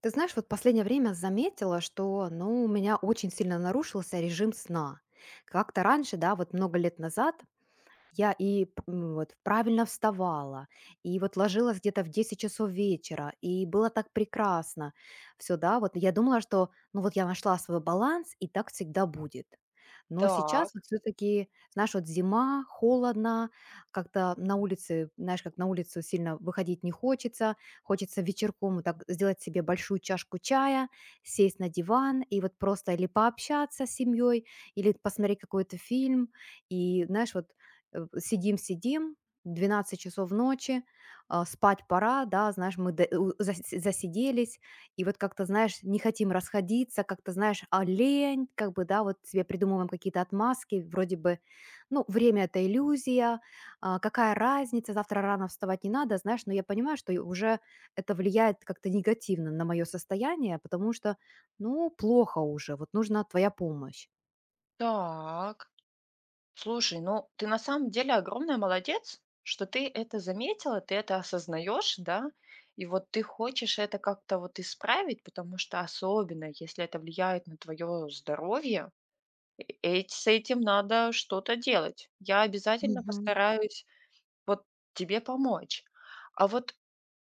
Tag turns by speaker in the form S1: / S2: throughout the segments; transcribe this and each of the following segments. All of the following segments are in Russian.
S1: Ты знаешь, вот последнее время заметила, что, ну, у меня очень сильно нарушился режим сна. Как-то раньше, да, вот много лет назад я и п м, вот правильно вставала, и вот ложилась где-то в 10 часов вечера, и было так прекрасно. Все, да, вот я думала, что, ну, вот я нашла свой баланс, и так всегда будет. Но
S2: Так,
S1: сейчас вот все таки знаешь, вот зима, холодно, как-то на улице, знаешь, как на улицу сильно выходить не хочется. Хочется вечерком вот так сделать себе большую чашку чая, сесть на диван и вот просто или пообщаться с семьей, или посмотреть какой-то фильм. И, знаешь, вот сидим-сидим, 12 часов ночи, а, спать пора, да, знаешь, мы засиделись, и вот как-то, знаешь, не хотим расходиться, как-то, знаешь, а лень, как бы, да, вот себе придумываем какие-то отмазки, вроде бы, ну, время– это иллюзия, а, какая разница, завтра рано вставать не надо, знаешь, но я понимаю, что и уже это влияет как-то негативно на мое состояние, потому что, ну, плохо уже, вот нужна твоя помощь.
S2: так. Слушай, ну ты на самом деле огромная молодец, что ты это заметила, ты это осознаешь, да, и вот ты хочешь это как-то вот исправить, потому что особенно, если это влияет на твое здоровье, э- с этим надо что-то делать. Я обязательно
S1: Мгм.
S2: постараюсь вот тебе помочь. А вот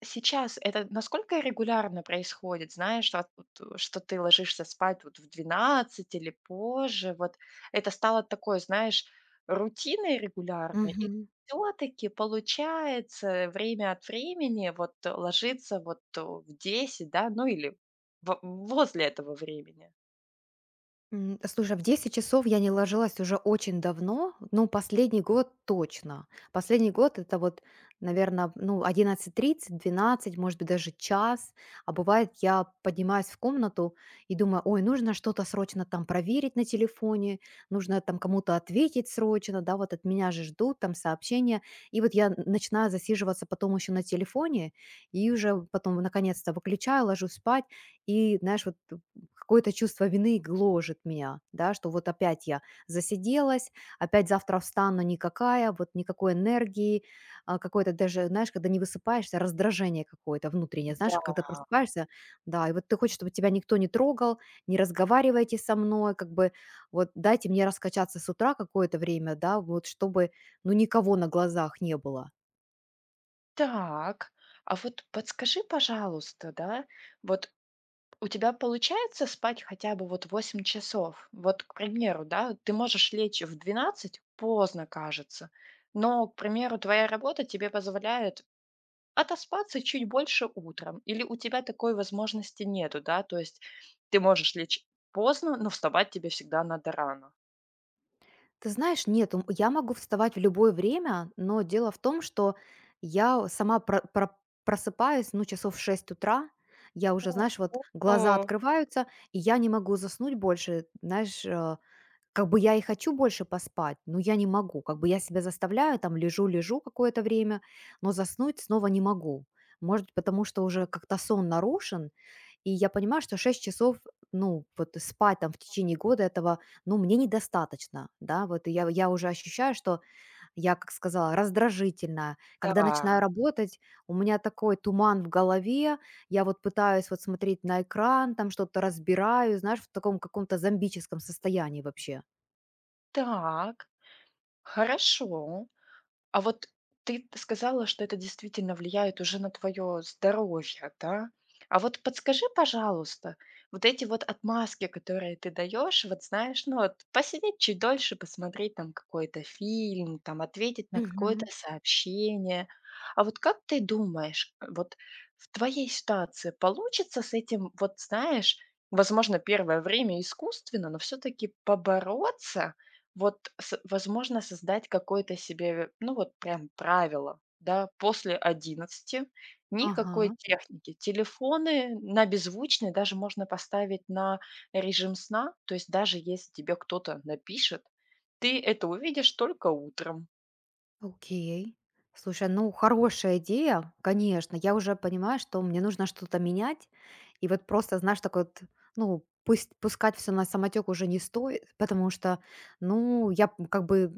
S2: сейчас это насколько регулярно происходит? Знаешь, что вот, что ты ложишься спать вот в 12 или позже. Вот это стало такой, знаешь, рутиной регулярной? И
S1: Мгм.
S2: все таки получается время от времени вот, ложиться вот, в 10, да, ну или во возле этого времени?
S1: Слушай, а в 10 часов я не ложилась уже очень давно, ну, последний год точно. Последний год- это вот, наверное, ну, одиннадцать тридцать, двенадцать, может быть, даже час. А бывает, я поднимаюсь в комнату и думаю: "Ой, нужно что-то срочно там проверить на телефоне, нужно там кому-то ответить срочно, да, вот от меня же ждут там сообщения". И вот я начинаю засиживаться потом еще на телефоне и уже потом наконец-то выключаю, ложусь спать. И, знаешь, вот какое-то чувство вины гложет меня, да, что вот опять я засиделась, опять завтра встану никакая, вот никакой энергии, а, какое-то даже, знаешь, когда не высыпаешься, раздражение какое-то внутреннее, знаешь,
S2: Да.
S1: когда просыпаешься, да, и вот ты хочешь, чтобы тебя никто не трогал, не разговаривайте со мной, как бы вот дайте мне раскачаться с утра какое-то время, да, вот чтобы, ну, никого на глазах не было.
S2: Так, а вот подскажи, пожалуйста, да, вот у тебя получается спать хотя бы вот 8 часов? Вот, к примеру, да, ты можешь лечь в 12, поздно кажется, но, к примеру, твоя работа тебе позволяет отоспаться чуть больше утром, или у тебя такой возможности нету, да, то есть ты можешь лечь поздно, но вставать тебе всегда надо рано.
S1: Ты знаешь, нет, я могу вставать в любое время, но дело в том, что я сама просыпаюсь, ну, часов в 6 утра, я уже,
S2: О,
S1: знаешь, вот
S2: о,
S1: глаза
S2: о.
S1: открываются, и я не могу заснуть больше, знаешь, как бы я и хочу больше поспать, но я не могу, как бы я себя заставляю, там, лежу-лежу какое-то время, но заснуть снова не могу. Может, потому что уже как-то сон нарушен, и я понимаю, что 6 часов, ну, вот спать там в течение года этого, ну, мне недостаточно, да, вот и я уже ощущаю, что я, как сказала, раздражительная. Когда начинаю
S2: Да,
S1: работать, у меня такой туман в голове, я вот пытаюсь вот смотреть на экран, там что-то разбираю, знаешь, в таком каком-то зомбическом состоянии вообще.
S2: так, хорошо. А вот ты сказала, что это действительно влияет уже на твое здоровье, да? А вот подскажи, пожалуйста, вот эти вот отмазки, которые ты даешь, вот знаешь, ну вот посидеть чуть дольше, посмотреть там какой-то фильм, там ответить на какое-то
S1: Мгм.
S2: сообщение. А вот как ты думаешь, вот в твоей ситуации получится с этим, вот знаешь, возможно, первое время искусственно, но все-таки побороться? Вот, с возможно, создать какое-то себе, ну, вот прям правило, да, после 11 никакой
S1: Ага.
S2: техники. Телефоны на беззвучный даже можно поставить на режим сна. То есть даже если тебе кто-то напишет, ты это увидишь только утром.
S1: Окей. Слушай, ну хорошая идея, конечно. Я уже понимаю, что мне нужно что-то менять. И вот просто, знаешь, такой вот, ну, пусть пускать все на самотек уже не стоит, потому что, ну, я как бы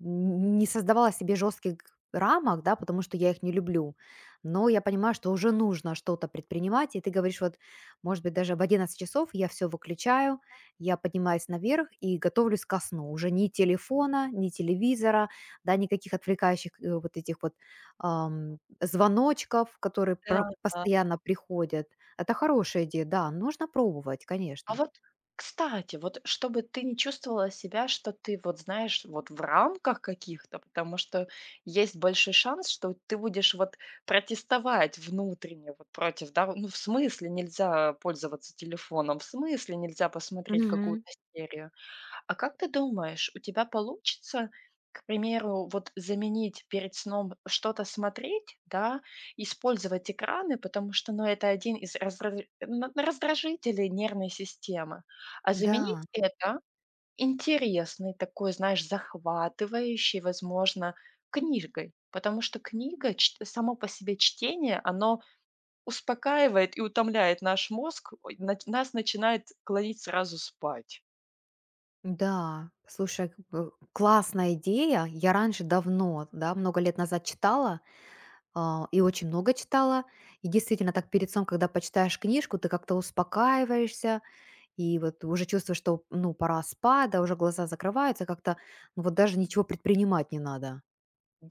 S1: не создавала себе жестких рамок, да, потому что я их не люблю. Но я понимаю, что уже нужно что-то предпринимать. И ты говоришь, вот, может быть, даже в 11 часов я все выключаю, я поднимаюсь наверх и готовлюсь ко сну. Уже ни телефона, ни телевизора, да, никаких отвлекающих, вот этих вот, звоночков, которые про
S2: Да.
S1: постоянно приходят. Это хорошая идея, да, нужно пробовать,
S2: А
S1: конечно.
S2: вот, кстати, вот чтобы ты не чувствовала себя, что ты вот знаешь, вот в рамках каких-то, потому что есть большой шанс, что ты будешь вот протестовать внутренне вот против, да, ну в смысле нельзя пользоваться телефоном, в смысле нельзя посмотреть
S1: Мгм.
S2: какую-то серию. А как ты думаешь, у тебя получится, к примеру, вот заменить перед сном что-то смотреть, да, использовать экраны, потому что, ну, это один из на раздражителей нервной системы, а
S1: Да,
S2: заменить это интересной такой, знаешь, захватывающей, возможно, книгой, потому что книга, само по себе чтение, оно успокаивает и утомляет наш мозг, ой, нас начинает клонить сразу спать.
S1: да. Слушай, классная идея. Я раньше давно, да, много лет назад читала, а, и очень много читала. И действительно, так перед сном, когда почитаешь книжку, ты как-то успокаиваешься и вот уже чувствуешь, что, ну, пора спать, да, уже глаза закрываются, как-то, ну, вот даже ничего предпринимать не надо.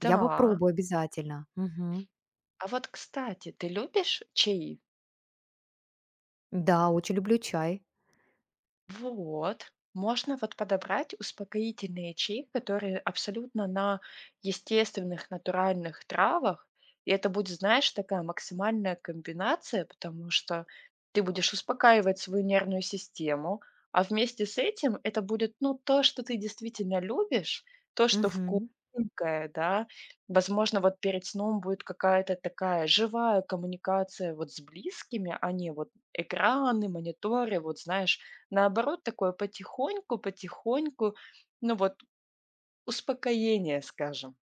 S1: Я попробую обязательно. Мгм.
S2: А вот, кстати, ты любишь чаи?
S1: Да, очень люблю чай.
S2: Вот. Можно вот подобрать успокоительные чаи, которые абсолютно на естественных, натуральных травах. И это будет, знаешь, такая максимальная комбинация, потому что ты будешь успокаивать свою нервную систему, а вместе с этим это будет, ну, то, что ты действительно любишь, то, что
S1: Мгм.
S2: вкусненькое, да. Возможно, вот перед сном будет какая-то такая живая коммуникация вот с близкими, а не вот экраны, мониторы, вот знаешь. Наоборот, такое потихоньку, потихоньку, ну вот успокоение, скажем.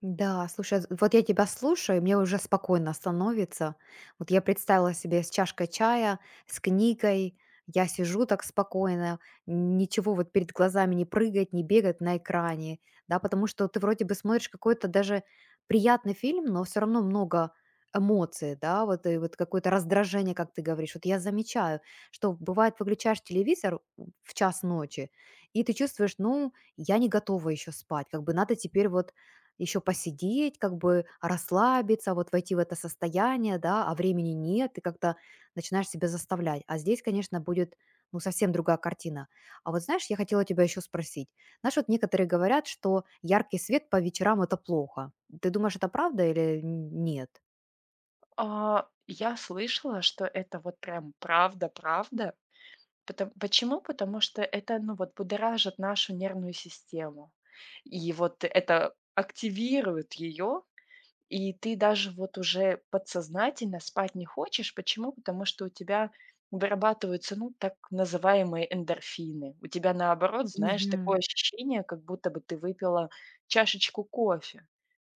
S1: Да, слушай, вот я тебя слушаю, и мне уже спокойно становится. Вот я представила себе с чашкой чая, с книгой, я сижу так спокойно, ничего вот перед глазами не прыгать, не бегать на экране, да, потому что ты вроде бы смотришь какой-то даже приятный фильм, но все равно много эмоций, да, вот и вот какое-то раздражение, как ты говоришь. Вот я замечаю, что бывает выключаешь телевизор в час ночи, и ты чувствуешь, ну, я не готова еще спать, как бы надо теперь вот еще посидеть, как бы расслабиться, вот войти в это состояние, да, а времени нет, ты как-то начинаешь себя заставлять. А здесь, конечно, будет ну, совсем другая картина. А вот знаешь, я хотела тебя еще спросить. Знаешь, вот некоторые говорят, что яркий свет по вечерам– это плохо. Ты думаешь, это правда или нет?
S2: А, я слышала, что это вот прям правда-правда. Потом почему? Потому что это, ну вот, будоражит нашу нервную систему. И вот это активирует ее. И ты даже вот уже подсознательно спать не хочешь. Почему? Потому что у тебя вырабатываются, ну, так называемые эндорфины. У тебя, наоборот, знаешь,
S1: Мгм.
S2: такое ощущение, как будто бы ты выпила чашечку кофе.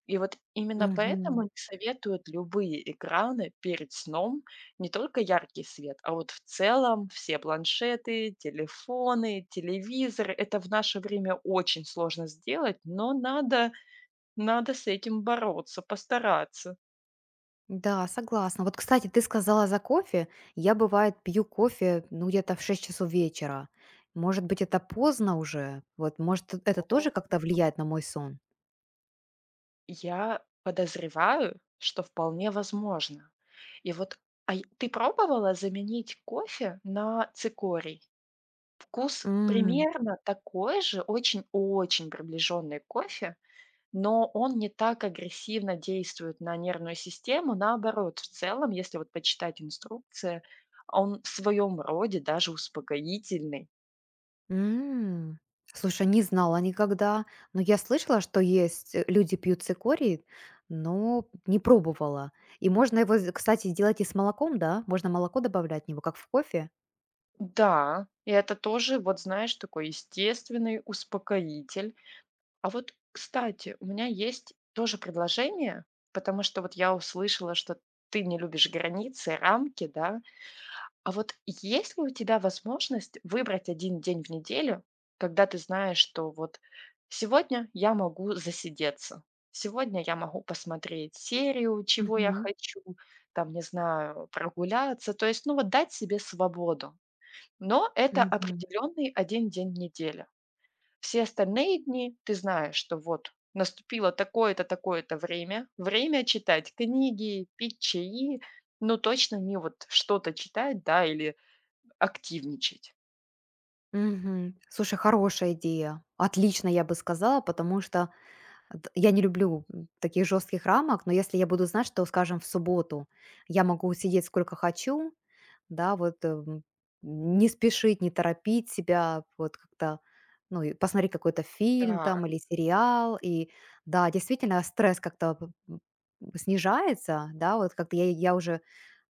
S2: И вот именно поэтому
S1: Мгм.
S2: не советуют любые экраны перед сном, не только яркий свет, а вот в целом все планшеты, телефоны, телевизоры. Это в наше время очень сложно сделать, но надо с этим бороться, постараться.
S1: Да, согласна. Вот, кстати, ты сказала за кофе. Я, бывает, пью кофе, ну, где-то в 6 часов вечера. Может быть, это поздно уже? Вот, может, это тоже
S2: О.
S1: как-то влияет на мой сон?
S2: Я подозреваю, что вполне возможно. И вот, а й ты пробовала заменить кофе на цикорий? Вкус
S1: М,
S2: примерно такой же, очень-очень приближенный к кофе, но он не так агрессивно действует на нервную систему. Наоборот, в целом, если вот почитать инструкции, он в своем роде даже успокоительный.
S1: м. Слушай, не знала никогда. Но я слышала, что есть люди пьют цикорий, но не пробовала. И можно его, кстати, делать и с молоком, да? Можно молоко добавлять в него, как в кофе.
S2: Да, и это тоже, вот знаешь, такой естественный успокоитель. А вот, кстати, у меня есть тоже предложение, потому что вот я услышала, что ты не любишь границы, рамки, да. А вот есть ли у тебя возможность выбрать один день в неделю, когда ты знаешь, что вот сегодня я могу засидеться, сегодня я могу посмотреть серию, чего я
S1: Мгм,
S2: хочу, там, не знаю, прогуляться, то есть, ну вот дать себе свободу. Но это
S1: мгм.
S2: определенный один день недели. Все остальные дни ты знаешь, что вот наступило такое-то, такое-то время. Время читать книги, пить чаи, но точно не вот что-то читать, да, или активничать.
S1: Мгм. Слушай, хорошая идея. Отлично, я бы сказала, потому что я не люблю таких жестких рамок, но если я буду знать, что, скажем, в субботу я могу сидеть сколько хочу, да, вот не спешить, не торопить себя, вот как-то, ну, и посмотреть какой-то фильм
S2: Да.
S1: там или сериал, и да, действительно, стресс как-то снижается, да, вот как-то я уже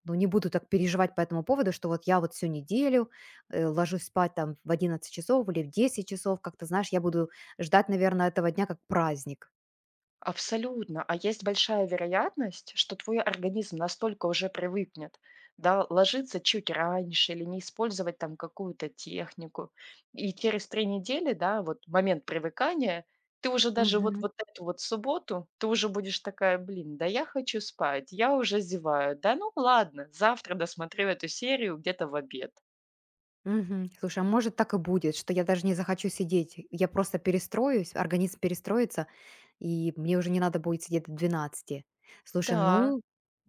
S1: ну, не буду так переживать по этому поводу, что вот я вот всю неделю ложусь спать там в 11 часов или в 10 часов, как-то, знаешь, я буду ждать, наверное, этого дня как праздник.
S2: Абсолютно. А есть большая вероятность, что твой организм настолько уже привыкнет, да, ложиться чуть раньше или не использовать там какую-то технику. И через 3 недели, да, вот момент привыкания, ты уже даже вот,
S1: Мгм.
S2: вот эту вот субботу, ты уже будешь такая, блин, да я хочу спать, я уже зеваю, да ну ладно, завтра досмотрю эту серию где-то в обед.
S1: Мгм. Слушай, а может так и будет, что я даже не захочу сидеть, я просто перестроюсь, организм перестроится, и мне уже не надо будет сидеть до двенадцати. Слушай,
S2: Да,
S1: ну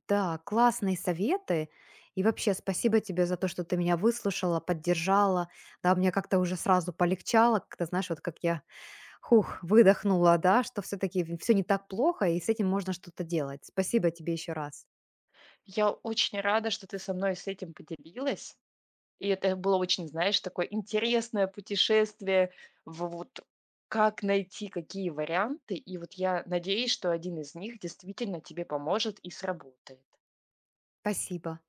S1: да, классные советы. И вообще спасибо тебе за то, что ты меня выслушала, поддержала. Да, мне как-то уже сразу полегчало, как-то, знаешь, вот как я хух, выдохнула, да, что все-таки все не так плохо, и с этим можно что-то делать. Спасибо тебе еще раз.
S2: я очень рада, что ты со мной с этим поделилась. И это было очень, знаешь, такое интересное путешествие в вот как найти какие варианты. И вот я надеюсь, что один из них действительно тебе поможет и сработает.
S1: Спасибо.